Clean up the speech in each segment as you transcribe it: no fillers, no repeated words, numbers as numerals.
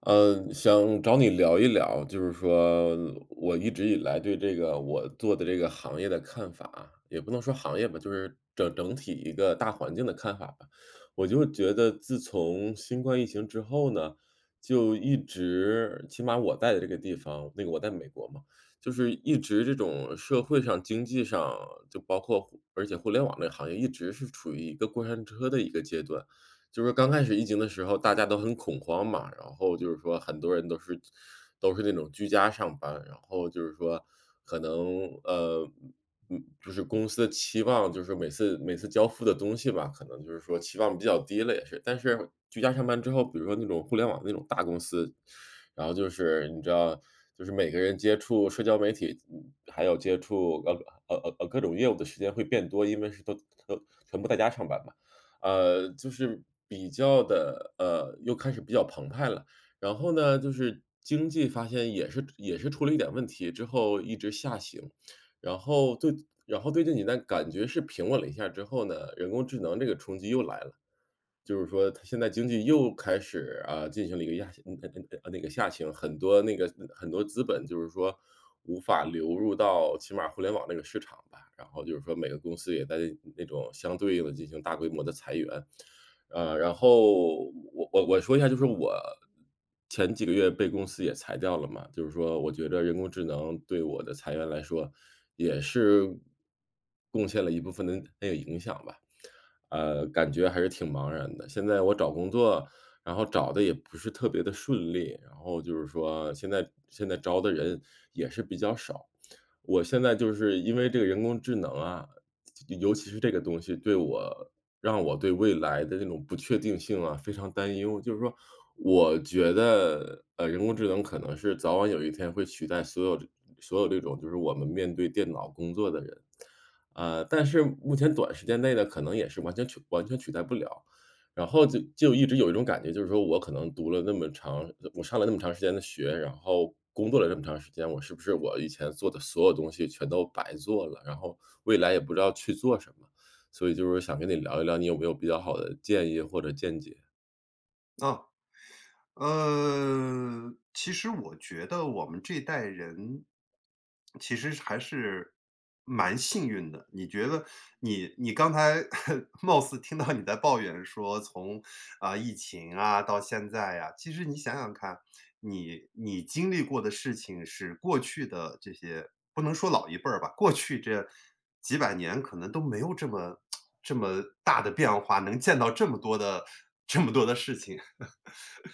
嗯，想找你聊一聊，就是说我一直以来对这个我做的这个行业的看法啊，也不能说行业吧，就是整体一个大环境的看法吧。我就觉得自从新冠疫情之后呢，就一直起码我在的这个地方，那个我在美国嘛，就是一直这种社会上、经济上，就包括而且互联网这个行业一直是处于一个过山车的一个阶段。就是刚开始疫情的时候，大家都很恐慌嘛，然后就是说很多人都是那种居家上班，然后就是说可能就是公司的期望，就是每次交付的东西吧，可能就是说期望比较低了也是。但是居家上班之后，比如说那种互联网那种大公司，然后就是你知道，就是每个人接触社交媒体，还有接触各种业务的时间会变多，因为是都全部在家上班嘛。就是比较的又开始比较澎湃了。然后呢，就是经济发现也是出了一点问题，之后一直下行。然后对然后对这几弹感觉是平稳了一下之后呢，人工智能这个冲击又来了。就是说它现在经济又开始，啊，进行了一个压嗯嗯嗯呃那个下行，很多资本就是说无法流入到起码互联网那个市场吧，然后就是说每个公司也在那种相对应的进行大规模的裁员。然后我说一下，就是我前几个月被公司也裁掉了嘛，就是说我觉得人工智能对我的裁员来说也是贡献了一部分的那个影响吧。感觉还是挺茫然的。现在我找工作，然后找的也不是特别的顺利，然后就是说现在招的人也是比较少。我现在就是因为这个人工智能啊，尤其是这个东西让我对未来的那种不确定性啊，非常担忧。就是说我觉得，人工智能可能是早晚有一天会取代所有这种就是我们面对电脑工作的人。但是目前短时间内呢，可能也是完全取代不了。然后就一直有一种感觉，就是说我上了那么长时间的学，然后工作了这么长时间，我是不是我以前做的所有东西全都白做了？然后未来也不知道去做什么，所以就是想跟你聊一聊，你有没有比较好的建议或者见解？啊，其实我觉得我们这代人，其实还是蛮幸运的。你觉得你刚才 貌似听到你在抱怨说从啊、疫情啊到现在呀、其实你想想看，你经历过的事情是过去的这些，不能说老一辈儿吧，过去这几百年可能都没有这么 这么大的变化，能见到这么多的 这么多的事情。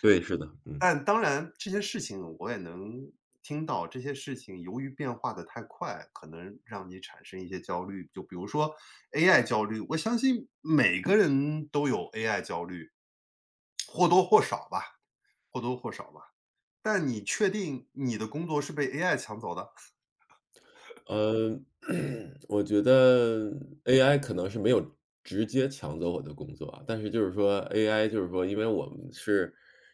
对，是的，嗯。但当然这些事情我也能听到，这些事情由于变化的太快，可能让你产生一些焦虑。就比如说 AI 焦虑，我相信每个人都有 AI 焦虑，或多或少吧或多或少吧。但你确定你的工作是被 AI 抢走的？嗯，我觉得 AI 可能是没有直接抢走我的工作啊，但是就是说 AI 就是说，因为我们是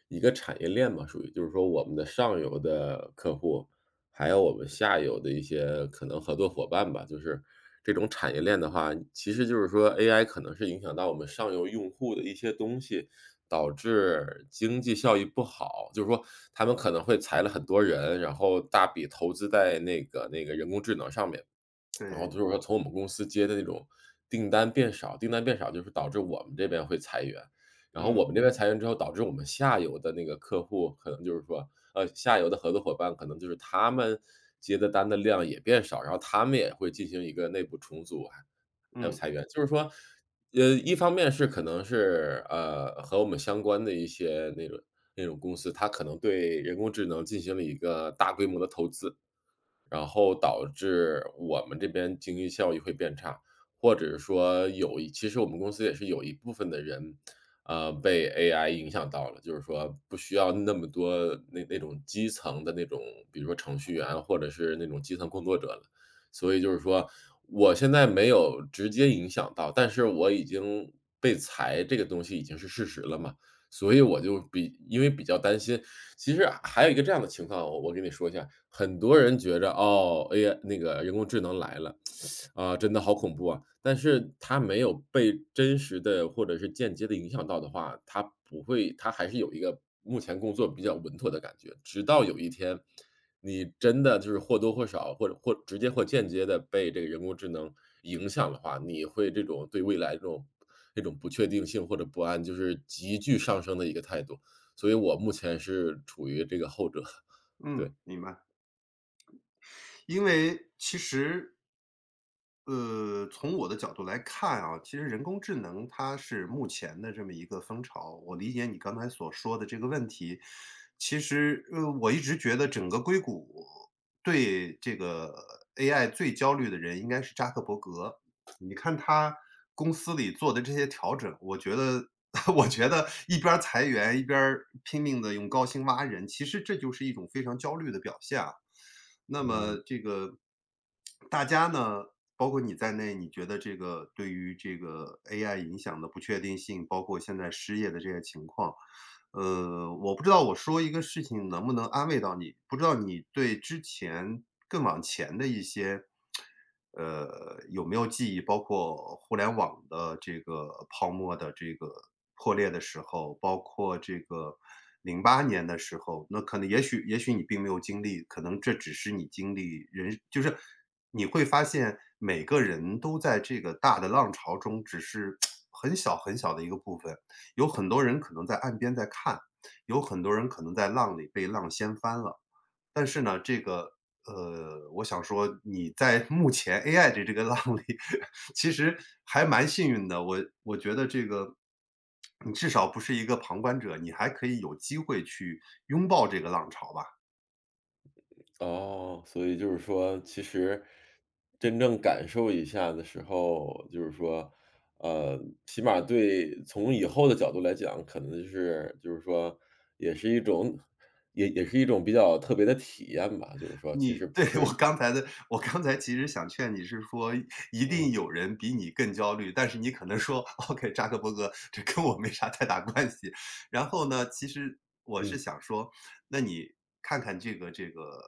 一个产业链嘛，属于就是说我们的上游的客户，还有我们下游的一些可能合作伙伴吧。就是这种产业链的话，其实就是说 AI 可能是影响到我们上游用户的一些东西，导致经济效益不好。就是说他们可能会裁了很多人，然后大笔投资在那个人工智能上面。然后对，就是说从我们公司接的那种订单变少，订单变少就是导致我们这边会裁员，然后嗯，我们这边裁员之后，导致我们下游的那个客户可能就是说，下游的合作伙伴可能就是他们接的单的量也变少，然后他们也会进行一个内部重组啊，还有嗯，裁员。就是说，一方面是可能是和我们相关的一些那种公司，它可能对人工智能进行了一个大规模的投资，然后导致我们这边经济效益会变差，或者说其实我们公司也是有一部分的人，被 AI 影响到了，就是说不需要那么多那种基层的那种，比如说程序员或者是那种基层工作者了。所以就是说，我现在没有直接影响到，但是我已经被裁这个东西已经是事实了嘛，所以我就因为比较担心。其实还有一个这样的情况，我跟你说一下，很多人觉着，哦，AI 那个人工智能来了，啊，真的好恐怖啊！但是它没有被真实的或者是间接的影响到的话，它不会它还是有一个目前工作比较稳妥的感觉。直到有一天，你真的就是或多或少，或直接或间接的被这个人工智能影响的话，你会这种对未来这种不确定性或者不安，就是急剧上升的一个态度。所以我目前是处于这个后者，嗯，对。明白。因为其实从我的角度来看啊，其实人工智能它是目前的这么一个风潮。我理解你刚才所说的这个问题，其实我一直觉得整个硅谷对这个 AI 最焦虑的人应该是扎克伯格。你看他公司里做的这些调整，我觉得 我觉得一边儿裁员，一边儿拼命的用高薪挖人，其实这就是一种非常焦虑的表现啊。那么这个大家呢？包括你在内，你觉得这个对于这个 AI 影响的不确定性，包括现在失业的这些情况，我不知道我说一个事情能不能安慰到你，不知道你对之前更往前的一些，有没有记忆？包括互联网的这个泡沫的这个破裂的时候，包括这个08年的时候，那可能也许你并没有经历，可能这只是你经历人就是你会发现每个人都在这个大的浪潮中，只是很小很小的一个部分。有很多人可能在岸边在看，有很多人可能在浪里被浪掀翻了。但是呢，这个，我想说你在目前 AI 的这个 浪里，其实还蛮幸运的。我觉得这个，你至少不是一个旁观者，你还可以有机会去拥抱这个浪潮吧。哦，所以就是说，其实真正感受一下的时候，就是说，呃，起码对从以后的角度来讲，可能就是说，也是一种也是一种比较特别的体验吧，就是说，其你 实 不对，我是刚才的我刚才其实想劝你是说，一定嗯，有人比你更焦虑，但是你可能说："OK,扎克伯格，这跟我没啥太大关系。"然后呢，其实我是嗯，想说，那你看看这个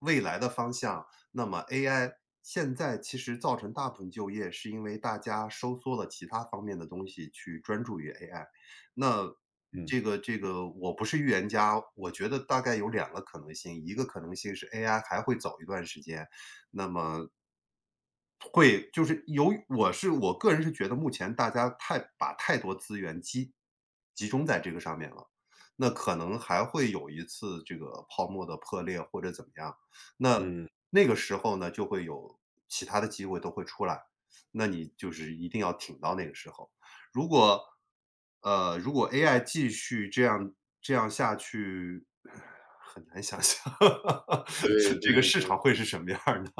未来的方向，那么 AI 现在其实造成大部分就业，是因为大家收缩了其他方面的东西去专注于 AI。那嗯。这个我不是预言家，我觉得大概有两个可能性，一个可能性是 AI 还会走一段时间，那么会，就是由于我个人是觉得目前大家太把太多资源集中在这个上面了，那可能还会有一次这个泡沫的破裂或者怎么样。那嗯，那个时候呢，就会有其他的机会都会出来，那你就是一定要挺到那个时候。如果如果 AI 继续这样下去，很难想象 对 这个市对。场会是什么样儿的，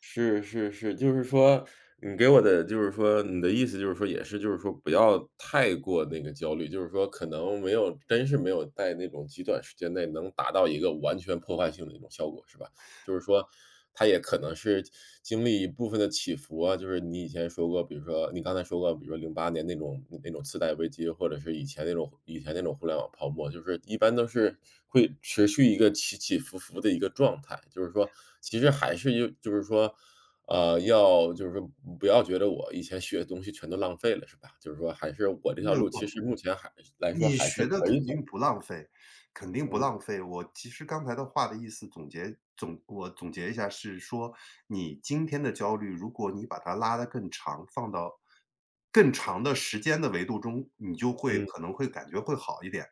是是是，就是说你给我的就是说你的意思就是说也是就是说不要太过那个焦虑，就是说可能没有真是没有在那种极短时间内能达到一个完全破坏性的一种效果，是吧？就是说，它也可能是经历一部分的起伏啊，就是你以前说过，比如说你刚才说过，比如说08年那种次贷危机，或者是以前那种互联网泡沫，就是一般都是会持续一个起起伏伏的一个状态。就是说，其实还是就是说，就是说不要觉得我以前学的东西全都浪费了，是吧？就是说还是我这条路，其那实目前还来说你还是学的可以肯走。定不浪费，肯定不嗯，浪费。我其实刚才的话的意思总结总我总结一下是说，你今天的焦虑，如果你把它拉得更长，放到更长的时间的维度中，你就会嗯，可能会感觉会好一点。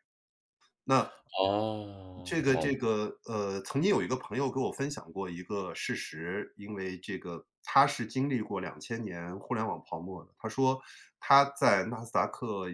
那哦，这个好这的，个，曾经有一个朋友给我分享过一个事实，因为这个他是经历过两千年互联网泡沫的。他说他在纳斯达克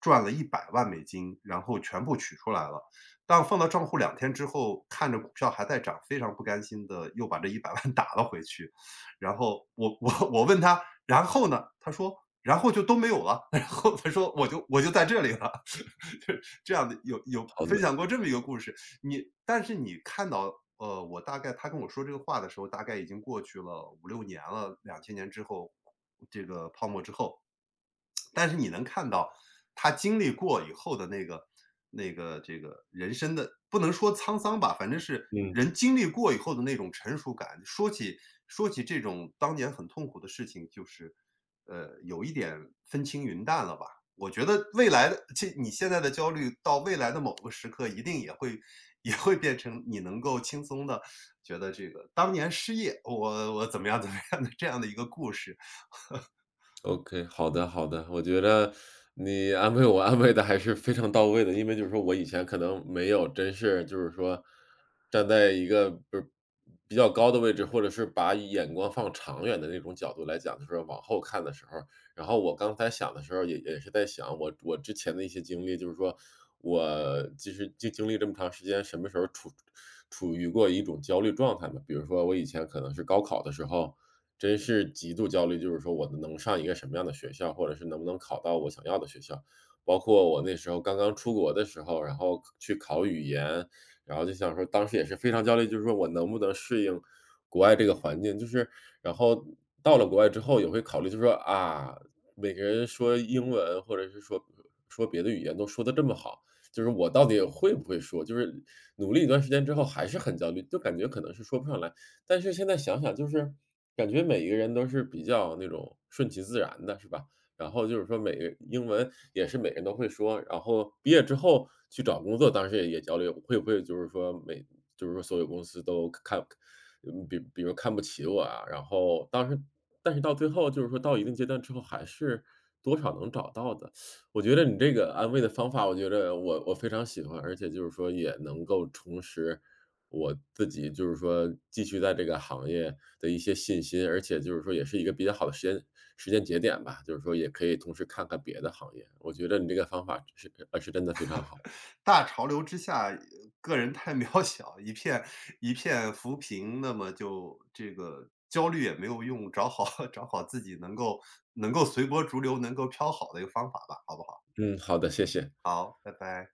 赚了100万美金，然后全部取出来了，但放到账户2天之后，看着股票还在涨，非常不甘心的又把这100万 打了回去。然后我嗯，我我问他："然后呢？"他说："然后就都没有了。然后他说："我就在这里了。就这样的有好的，分享过这么一个故事，你但是你看到，我大概他跟我说这个话的时候，大概已经过去了5、6年了两千年之后，这个泡沫之后。但是你能看到他经历过以后的那个那个这个人生的不能说沧桑吧，反正是嗯。人经历过以后的那种成熟感。说起这种当年很痛苦的事情，就是，有一点风轻云淡了吧。我觉得未来的这你现在的焦虑，到未来的某个时刻，一定也会变成你能够轻松的觉得这个当年失业，我怎么样怎么样的这样的一个故事。OK，好的好的，我觉得你安慰我安慰的还是非常到位的。因为就是说我以前可能没有真是就是说站在一个不是比较高的位置，或者是把眼光放长远的那种角度来讲，就是往后看的时候，然后我刚才想的时候也是在想我之前的一些经历，就是说我其实经历这么长时间，什么时候处于过一种焦虑状态嘛。比如说我以前可能是高考的时候，真是极度焦虑，就是说我能上一个什么样的学校，或者是能不能考到我想要的学校。包括我那时候刚刚出国的时候，然后去考语言，然后就想说当时也是非常焦虑，就是说我能不能适应国外这个环境。就是然后到了国外之后也会考虑，就是说啊，每个人说英文或者是说别的语言都说的这么好，就是我到底会不会说？就是努力一段时间之后还是很焦虑，就感觉可能是说不上来。但是现在想想就是感觉每一个人都是比较那种顺其自然的，是吧？然后就是说每个英文也是每个人都会说，然后毕业之后去找工作，当时也焦虑，会不会就是说就是说所有公司都看嗯，比比如看不起我啊，然后当时但是到最后就是说到一定阶段之后，还是多少能找到的。我觉得你这个安慰的方法，我觉得我非常喜欢，而且就是说也能够重拾我自己就是说继续在这个行业的一些信心，而且就是说也是一个比较好的时间节点吧，就是说也可以同时看看别的行业。我觉得你这个方法是真的非常好。大潮流之下，个人太渺小，一片浮萍，那么就这个焦虑也没有用，找好 找好自己能够随波逐流、能够飘好的一个方法吧，好不好？嗯，好的，谢谢。好，拜拜。